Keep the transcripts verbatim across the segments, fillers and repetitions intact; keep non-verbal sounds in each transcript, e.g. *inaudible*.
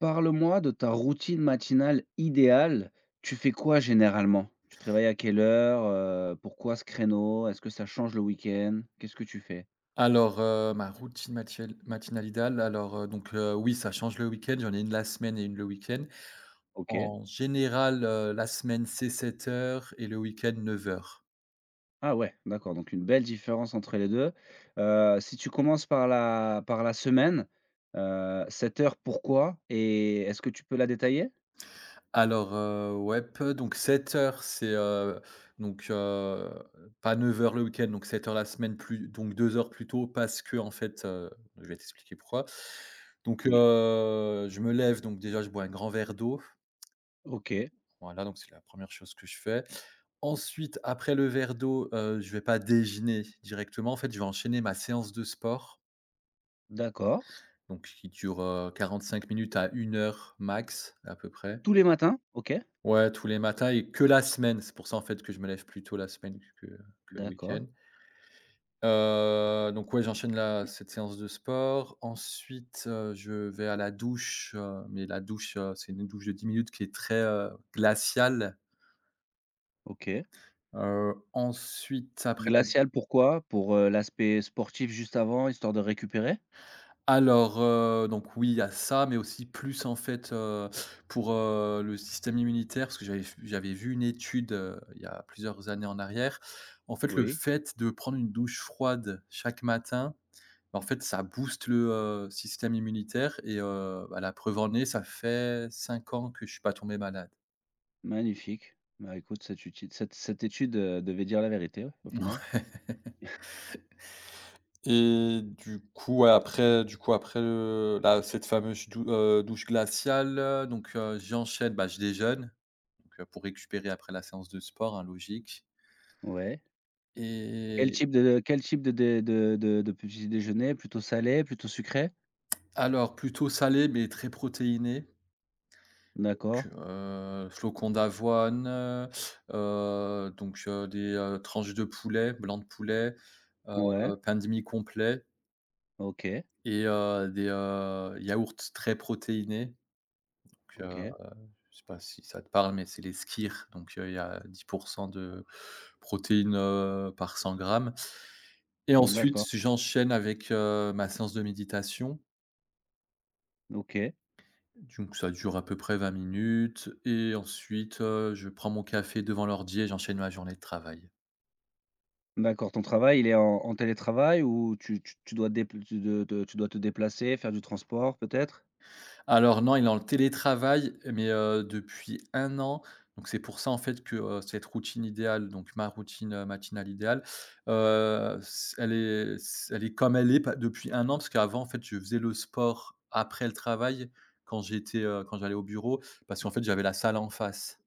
Parle-moi de ta routine matinale idéale. Tu fais quoi généralement? Tu te réveilles à quelle heure? Heu, pourquoi ce créneau? Est-ce que ça change le week-end? Qu'est-ce que tu fais? Alors, heu, ma routine matiel matinale idéale, alors, heu, donc, heu, oui, ça change le week-end. J'en ai une la semaine et une le week-end. OK. En général, heu, la semaine, c'est sept heures et le week-end neuf heures. Ah ouais, d'accord, donc une belle différence entre les deux. Heu, si tu commences par la par la semaine, heu, cette heure pourquoi? Et est-ce que tu peux la détailler? Alors, heu, ouais, peu donc sept heures c'est, heu, donc, heu, pas neuf heures le week-end, donc sept heures la semaine, plus donc deux heures plus tôt parce que en fait, heu, je vais t'expliquer pourquoi. Donc, Oui. heu, je me lève, donc déjà je bois un grand verre d'eau. OK, Voilà, donc c'est la première chose que je fais. Ensuite, après le verre d'eau, heu, je vais pas déjeuner directement. En fait, je vais enchaîner ma séance de sport, d'accord. donc qui dure, quarante cinq minutes à une heure max, à peu près. Tous les matins? OK. Ouais, tous les matins et que la semaine. C'est pour ça, en fait, que je me lève plus tôt la semaine que que le D'accord. week-end. Heu, donc ouais, j'enchaîne la cette séance de sport. Ensuite, heu, je vais à la douche, heu, mais la douche, heu, c'est une douche de dix minutes qui est très, heu, glaciale. OK. Heu, ensuite, après Glacial pourquoi? Pour, heu, l'aspect sportif juste avant, histoire de récupérer? Alors, heu, donc oui, il y a ça, mais aussi plus en fait, heu, pour, heu, le système immunitaire, parce que j'avais j'avais vu une étude, heu, il y a plusieurs années en arrière. En fait, le Oui. fait de prendre une douche froide chaque matin, bah, en fait, ça booste le, heu, système immunitaire et heu, bah, la preuve en est, ça fait cinq ans que je suis pas tombé malade. Magnifique. Bah, écoute, cette uti cette cette étude, heu, devait dire la vérité, ouais, au final. *laughs* Et du coup, ouais, après du coup, après, heu, la cette fameuse dou heu, douche glaciale, heu, donc heu, j'enchaîne, bah, je déjeune. Donc, heu, pour récupérer après la séance de sport, hein, logique Ouais. Quel et type de quel type de dé de de de petit déjeuner? Plutôt salé, plutôt sucré? alors plutôt salé, mais très protéiné, D'accord. donc, heu, flocons d'avoine, heu heu, donc, heu, des, heu, tranches de poulet, blanc de poulet, Ouais. heu, pain de mie complet OK. et heu, des, heu, yaourts très protéinés, donc, heu OK. Je sais pas si ça te parle, mais c'est les skyrs, donc heu, il y a dix de protéines, heu, par cent grammes et ensuite D'accord. j'enchaîne avec, heu, ma séance de méditation, OK. donc ça dure à peu près vingt minutes et ensuite, heu, je prends mon café devant l'ordi et j'enchaîne ma journée de travail. D'accord. Ton travail, il est en en télétravail ou tu tu tu dois te dépl tu de de tu dois te déplacer, faire du transport peut-être? Alors non, il est en télétravail, mais heu, depuis un an. Donc c'est pour ça en fait que, heu, cette routine idéale, donc ma routine, heu, matinale idéale, heu, c elle est c elle est comme elle est pa depuis un an, parce qu'avant en fait je faisais le sport après le travail quand j'étais, heu, quand j'allais au bureau, parce qu'en fait j'avais la salle en face.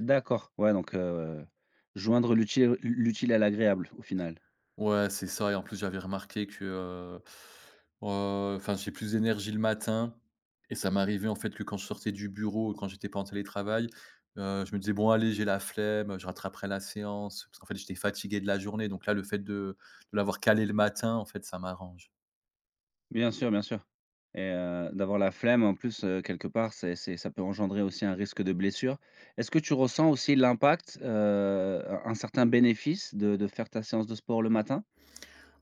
D'accord. Ouais, donc heu, joindre l'utile l'utile à l'agréable, au final. Ouais, c'est ça et en plus, j'avais remarqué que, heu, heu, enfin, j'ai plus d'énergie le matin et ça m'arrivait, en fait, que quand je sortais du bureau, quand j'étais pas en télétravail, heu, je me disais: «Bon, allez, j'ai la flemme, je rattraperai la séance», parce qu'en fait, j'étais fatigué de la journée donc là, le fait de de l'avoir calé le matin, en fait, ça m'arrange. Bien sûr, bien sûr et heu, d'avoir la flemme en plus, heu, quelque part, c'est c'est ça peut engendrer aussi un risque de blessure. Est-ce que tu ressens aussi l'impact, heu, un un certain bénéfice de de faire ta séance de sport le matin?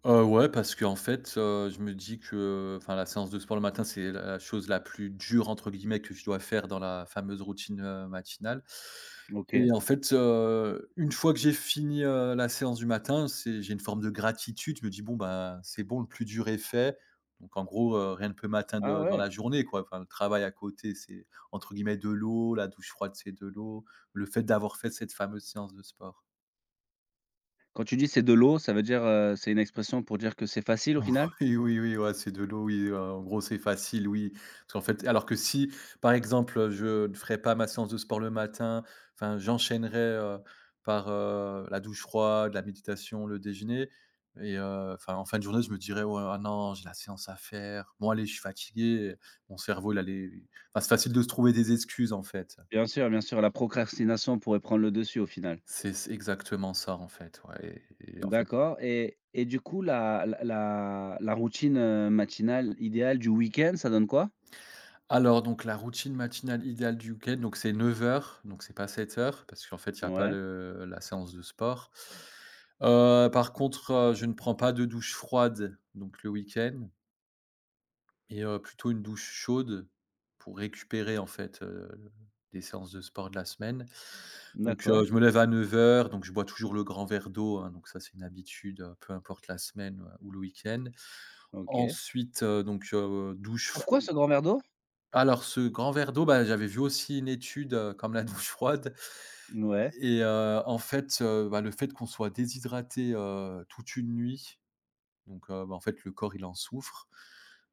Heu, ouais, parce qu'en fait, heu, je me dis que, enfin, la séance de sport le matin, c'est la chose la plus «dure» entre guillemets que je dois faire dans la fameuse routine, heu, matinale et OK. en fait, heu, une fois que j'ai fini, heu, la séance du matin, c'est j'ai une forme de gratitude. Je me dis: «Bon, ben, c'est bon, le plus dur est fait». Donc en gros, heu, rien ne peut Ah m'atteindre, dans ouais! la journée, quoi. Enfin, le travail à côté, c'est entre guillemets «de l'eau», la douche froide, c'est de l'eau, le fait d'avoir fait cette fameuse séance de sport. Quand tu dis: «C'est de l'eau», ça veut dire, heu, c'est une expression pour dire que c'est facile au final? *laughs* Oui, oui, oui, ouais, c'est de l'eau, oui, heu, en gros, c'est facile, oui. Parce qu'en fait alors que si, par exemple, je ne ferais pas ma séance de sport le matin, enfin, j'enchaînerais, heu, par, heu, la douche froide, la méditation, le déjeuner et heu, enfin, en fin de journée, je me dirais: «Ouais, ah non, j'ai la séance à faire. Bon allez, je suis fatigué», mon cerveau, il allait enfin, c'est facile de se trouver des excuses, en fait. Bien sûr, bien sûr, la procrastination pourrait prendre le dessus au final. C'est c'est exactement ça, en fait, ouais et et en fait. D'accord et et du coup la la la la routine, heu, matinale idéale du week-end, ça donne quoi? Alors donc la routine matinale idéale du week-end, donc c'est neuf heures donc c'est pas sept heures parce qu'en fait, il y a pas Ouais, le la séance de sport. Heu, par contre, heu, je ne prends pas de douche froide, donc le week-end et heu, plutôt une douche chaude pour récupérer en fait, heu, des séances de sport de la semaine. Donc d'accord, heu, je me lève à neuf heures donc je bois toujours le grand verre d'eau, hein, donc ça c'est une habitude, heu, peu importe la semaine, heu, ou le week-end. OK. Ensuite, heu, donc heu, douche Pourquoi fro ce grand verre d'eau? Alors ce grand verre d'eau, bah, j'avais vu aussi une étude, heu, comme la douche froide Ouais, et heu, en fait, heu, bah, le fait qu'on soit déshydraté, heu, toute une nuit, donc heu, bah, en fait, le corps, il en souffre.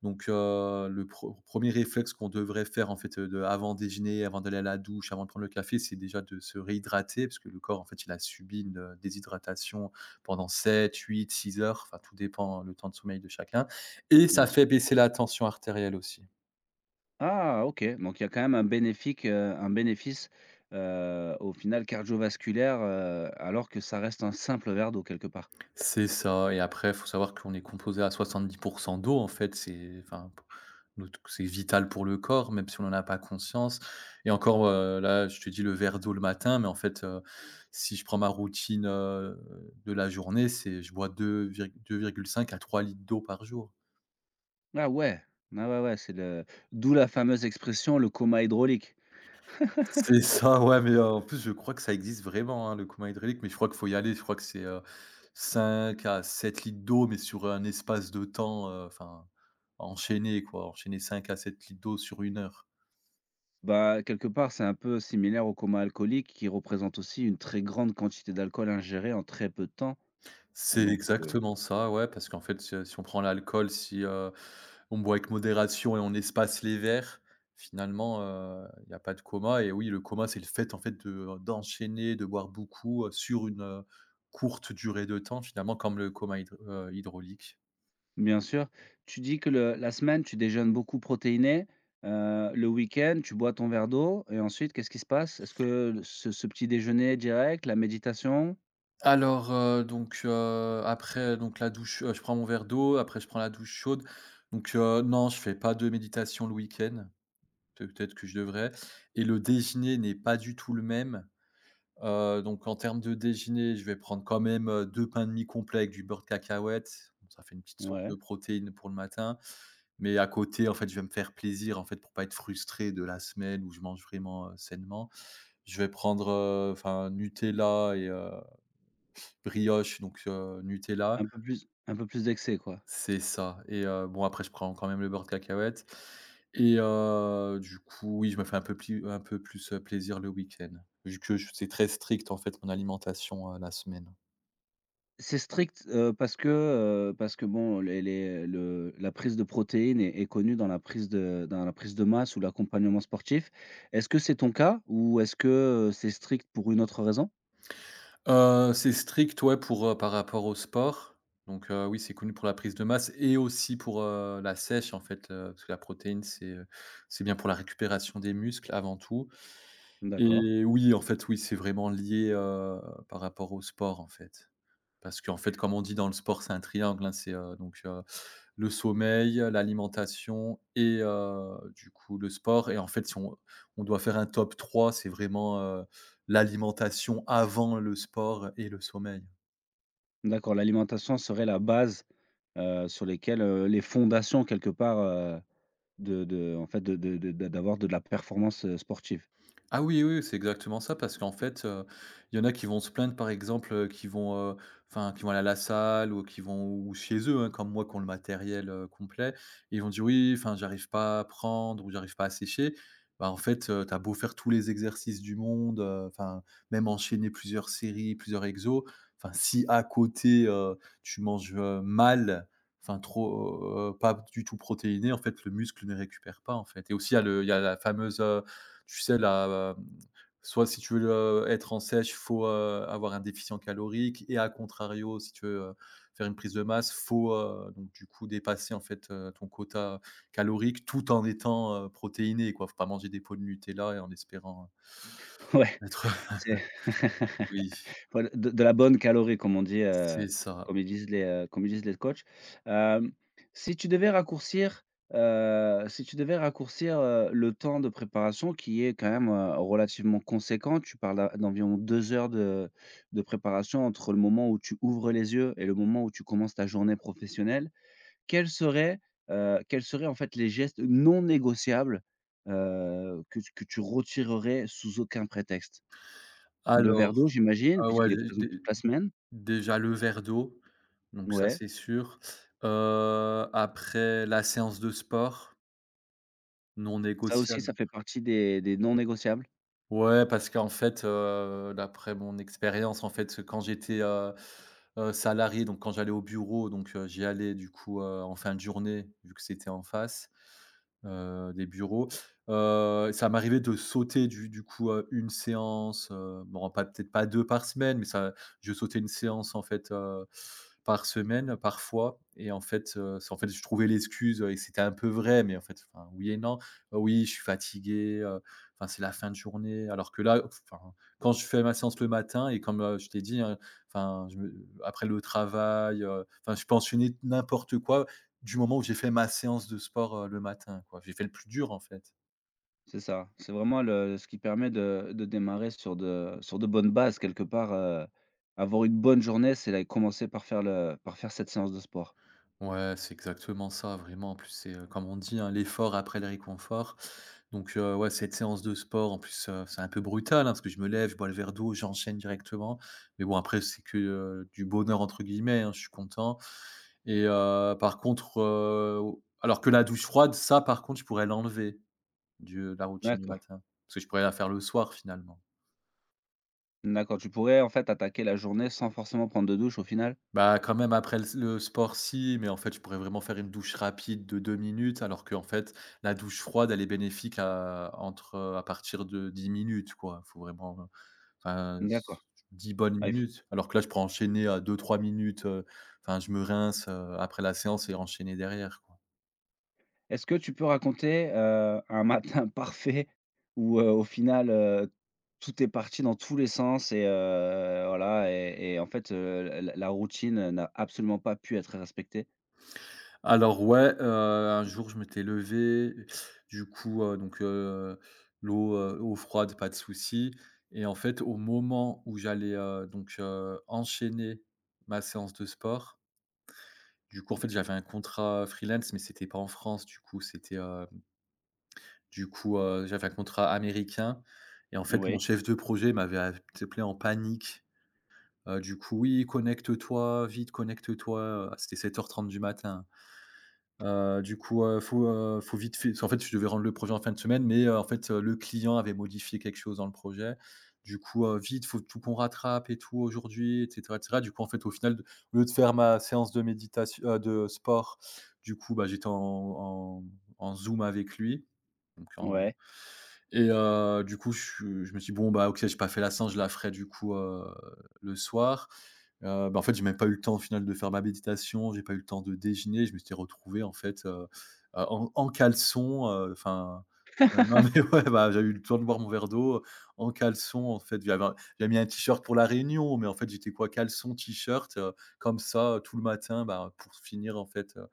Donc heu, le pre premier réflexe qu'on devrait faire, en fait, heu, de avant déjeuner, avant d'aller à la douche, avant de prendre le café, c'est déjà de se réhydrater parce que le corps, en fait, il a subi une, heu, déshydratation pendant sept, huit, six heures, enfin, tout dépend euh, le temps de sommeil de chacun et ça bien sûr. fait baisser la tension artérielle aussi. Ah OK, donc il y a quand même un bénéfique, heu, un bénéfice, heu, au final cardiovasculaire, heu, alors que ça reste un simple verre d'eau quelque part. C'est ça et après, il faut savoir qu'on est composé à soixante-dix d'eau, en fait, c'est enfin, p notre c'est vital pour le corps, même si on en a pas conscience et encore, heu, là, je te dis le verre d'eau le matin, mais en fait, heu, si je prends ma routine, heu, de la journée, c'est je bois deux virg deux virgule cinq à trois litres d'eau par jour. Ah ouais, ah ouais, ouais, c'est le d'où la fameuse expression: «Le coma hydraulique». C'est ça, ouais, mais heu, en plus, je crois que ça existe vraiment, hein, le coma hydraulique, mais je crois qu'il faut y aller. Je crois que c'est, heu, cinq à sept litres d'eau, mais sur un espace de temps, heu, enfin, enchaîné, quoi. Enchaîner cinq à sept litres d'eau sur une heure. Bah, quelque part, c'est un peu similaire au coma alcoolique qui représente aussi une très grande quantité d'alcool ingéré en très peu de temps. C'est Donc, heu, exactement ça, ouais, parce qu'en fait, si, si on prend l'alcool, si, heu, on boit avec modération et on espace les verres, finalement, heu, il y a pas de coma et oui, le coma, c'est le fait, en fait, de euh, d'enchaîner, de boire beaucoup, heu, sur une, heu, courte durée de temps, finalement, comme le coma hydr heu, hydraulique. bien sûr, tu dis que le la semaine, tu déjeunes beaucoup protéiné, heu, le week-end, tu bois ton verre d'eau et ensuite, qu'est-ce qui se passe? Est-ce que ce ce petit déjeuner direct, la méditation? Alors, heu, donc, heu, après donc la douche, heu, je prends mon verre d'eau, après je prends la douche chaude, donc, heu, non, je fais pas de méditation le week-end. Peut- peut-être que je devrais et le déjeuner n'est pas du tout le même. Heu, donc en termes de déjeuner, je vais prendre quand même, heu, deux pains de mie complets avec du beurre de cacahuète. Bon, ça fait une petite source de Ouais, protéines pour le matin. Mais à côté, en fait, je vais me faire plaisir, en fait, pour pas être frustré de la semaine où je mange vraiment, heu, sainement. Je vais prendre, heu, enfin Nutella et heu, brioche, donc heu, Nutella. un peu plus un peu plus d'excès, quoi. C'est ça et heu, bon après je prends quand même le beurre de cacahuète et heu, du coup, oui, je me fais un peu pli un peu plus, heu, plaisir le week-end. Vu que je c'est très strict en fait mon alimentation, heu, la semaine. C'est strict, heu, parce que, heu, parce que bon les les le la prise de protéines est est connue dans la prise de dans la prise de masse ou l'accompagnement sportif. Est-ce que c'est ton cas ou est-ce que, heu, c'est strict pour une autre raison? Heu, c'est strict ouais pour, heu, par rapport au sport. Donc heu, oui, c'est connu pour la prise de masse et aussi pour, heu, la sèche en fait, heu, parce que la protéine c'est, heu, c'est bien pour la récupération des muscles avant tout D'accord, et oui, en fait, oui, c'est vraiment lié, heu, par rapport au sport en fait. Parce qu'en fait, comme on dit dans le sport, c'est un triangle, hein, c'est, heu, donc, heu, le sommeil, l'alimentation et heu, du coup, le sport et en fait, si on on doit faire un top trois, c'est vraiment, heu, l'alimentation avant le sport et le sommeil. d'accord, l'alimentation serait la base, heu, sur lesquelles, heu, les fondations quelque part, heu, de de en fait de de de de d'avoir de la performance, heu, sportive. Ah oui, oui, oui, c'est exactement ça parce qu'en fait, heu, il y en a qui vont se plaindre par exemple, heu, qui vont, heu, enfin, qui vont aller à la salle ou qui vont ou chez eux, hein, comme moi qui ont le matériel, heu, complet. Et Ils vont dire: «Oui, enfin, j'arrive pas à prendre» ou «J'arrive pas à sécher». Bah, en fait, heu, tu beau faire tous les exercices du monde, heu, enfin, même enchaîner plusieurs séries, plusieurs exos, enfin, si à côté, heu, tu manges, heu, mal, enfin trop, heu, pas du tout protéiné, en fait, le muscle ne récupère pas, en fait, et aussi il y a le il y a la fameuse, tu sais là, heu, soit, si tu veux, heu, être en sèche, faut, heu, avoir un déficient calorique, et à contrario, si tu veux, heu, faire une prise de masse, faut, heu, donc du coup dépasser en fait, heu, ton quota calorique tout en étant, heu, protéiné, quoi. Faut pas manger des pots de Nutella et en espérant, heu *laughs* Ouais, Mmh. Être c'est *laughs* oui, *laughs* Voilà, de de la bonne calorie comme on dit, heu, c'est ça. comme ils disent les, heu, comme ils disent les coachs. Hem, si tu devais raccourcir, heu, si tu devais raccourcir, heu, le temps de préparation qui est quand même, heu, relativement conséquent, tu parles d'en d'environ deux heures de de préparation entre le moment où tu ouvres les yeux et le moment où tu commences ta journée professionnelle. Quels seraient, heu, quels seraient en fait les gestes non négociables, heu, que que tu retirerais sous aucun prétexte? Le Alors, verre d'eau, j'imagine, ah ouais, puisqu'il est dé présent dé toute la semaine. déjà le verre d'eau, donc ça Ouais, c'est sûr. Heu, après la séance de sport, non ça aussi, ça négociable. fait partie des des non négociables. Ouais, parce qu'en fait, heu, d'après mon expérience, en fait, quand j'étais, heu heu, salarié, donc quand j'allais au bureau, donc heu, j'y allais du coup, heu, en fin de journée, vu que c'était en face, heu, des bureaux. Heu, ça m'arrivait de sauter du du coup, heu, une séance, heu, bon, pas peut-être pas deux par semaine, mais ça, je sautais une séance en fait, heu, par semaine parfois, et en fait, heu, c'est, en fait, je trouvais l'excuse, euh, et c'était un peu vrai, mais en fait, enfin, oui et non. Euh, Oui, je suis fatigué, euh, enfin, c'est la fin de journée. Alors que là, enfin, quand je fais ma séance le matin, et comme euh, je t'ai dit, hein, enfin, je me- après le travail, euh, enfin, je peux enchaîner n'importe quoi du moment où j'ai fait ma séance de sport euh, le matin, quoi. J'ai fait le plus dur en fait. C'est ça. C'est vraiment le ce qui permet de de démarrer sur de sur de bonnes bases quelque part, heu, avoir une bonne journée, c'est la commencer par faire le par faire cette séance de sport. Ouais, c'est exactement ça, vraiment. En plus, c'est, euh, comme on dit, hein, l'effort après le réconfort. Donc, euh, ouais, cette séance de sport, en plus, euh, c'est un peu brutal, hein, parce que je me lève, je bois le verre d'eau, j'enchaîne directement. Mais bon, après, c'est que euh, du bonheur, entre guillemets, hein, je suis content. Et euh, par contre, euh, alors que la douche froide, ça, par contre, je pourrais l'enlever de la routine du D'accord, matin, parce que je pourrais la faire le soir, finalement. d'accord. Tu pourrais en fait attaquer la journée sans forcément prendre de douche au final? Bah, quand même, après le le sport si, mais en fait, je pourrais vraiment faire une douche rapide de deux minutes, alors qu'en fait, la douche froide, elle est bénéfique à entre, heu, à partir de dix minutes, quoi. Faut vraiment, enfin, D'accord. s dix bonnes Ah minutes. Alors que là, je pourrais enchaîner à deux trois minutes, heu, enfin, je me rince, heu, après la séance et enchaîner derrière, quoi. Est-ce que tu peux raconter, heu, un matin *laughs* parfait où, heu, au final, heu, tout est parti dans tous les sens et heu, voilà et et en fait, heu, la la routine n'a absolument pas pu être respectée? Alors ouais, heu, un jour, je m'étais levé, du coup, heu, donc heu, l'eau, heu, eau froide, pas de souci, et en fait, au moment où j'allais, heu, donc heu, enchaîner ma séance de sport, du coup, en fait, j'avais un contrat freelance, mais c'était pas en France, du coup, c'était, heu, du coup, heu, j'avais un contrat américain, et en fait, mon Oui, chef de projet m'avait appelé en panique, heu, du coup: «Oui, connecte-toi, vite, connecte-toi», c'était sept heures trente du matin. Heu, du coup, heu, faut, heu, faut vite fait, en fait, je devais rendre le projet en fin de semaine, mais, heu, en fait, heu, le client avait modifié quelque chose dans le projet. Du coup, heu, vite, faut tout qu'on rattrape et tout aujourd'hui, et cetera, et cetera. Du coup, en fait, au final, au lieu de faire ma séance de méditation, heu, de sport, du coup, bah, j'étais en en en Zoom avec lui, donc en, ouais. et heu, du coup, je je me suis dit: «Bon, bah, OK, j'ai pas fait la séance, je la ferai du coup, heu, le soir». Heu, bah, en fait, j'ai même pas eu le temps au final de faire ma méditation, j'ai pas eu le temps de déjeuner, je me suis retrouvé en fait, heu, heu, en en caleçon, heu, enfin, heu, non mais *laughs* ouais, bah, j'avais eu le temps de boire mon verre d'eau, en caleçon, en fait, j'avais un j'avais mis un t-shirt pour la réunion, mais en fait, j'étais quoi? Caleçon, t-shirt, heu, comme ça, euh, tout le matin, bah, pour finir en fait, heu,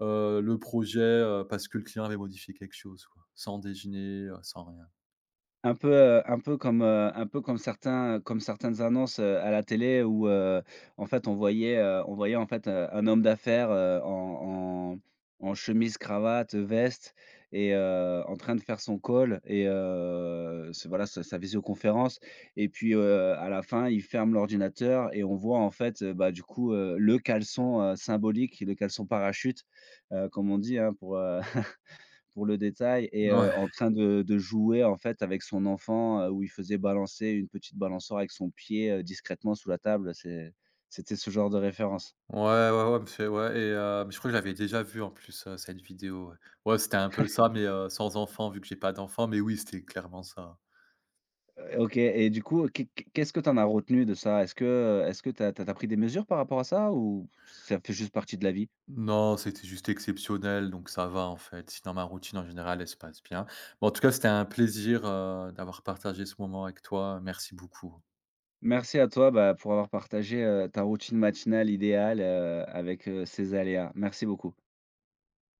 heu, le projet, heu, parce que le client avait modifié quelque chose, quoi, sans déjeuner, heu, sans rien. Un peu, heu, un peu comme, heu, un peu comme certains comme certaines annonces, heu, à la télé où, heu, en fait, on voyait, heu, on voyait, en fait, heu, un homme d'affaires, heu, en en en chemise, cravate, veste et heu, en train de faire son call et heu, ce voilà, sa sa visioconférence et puis, heu, à la fin, il ferme l'ordinateur et on voit, en fait, heu, bah, du coup, heu, le caleçon, heu, symbolique, le caleçon parachute, heu, comme on dit, hein, pour, heu pour le détail et heu, Ouais. en train de de jouer, en fait, avec son enfant, heu, où il faisait balancer une petite balançoire avec son pied, heu, discrètement sous la table. C'est c'était ce genre de référence. Ouais, ouais, ouais, monsieur. Ouais, et heu, mais je crois que j'avais déjà vu en plus, heu, cette vidéo, ouais. Ouais, c'était un peu ça, mais heu, sans enfant, vu que j'ai pas d'enfant, mais oui, c'était clairement ça. Heu, OK et du coup, qu'est qu'est qu'est-ce que tu en as retenu de ça? Est-ce que, heu, est-ce que tu as tu as tu as pris des mesures par rapport à ça ou ça fait juste partie de la vie? Non, c'était juste exceptionnel, donc ça va en fait. Sinon, ma routine en général, elle se passe bien. Bon, en tout cas, c'était un plaisir, heu, d'avoir partagé ce moment avec toi. Merci beaucoup. Merci à toi, bah, pour avoir partagé, heu, ta routine matinale idéale, heu, avec, heu, ses aléas. Merci beaucoup.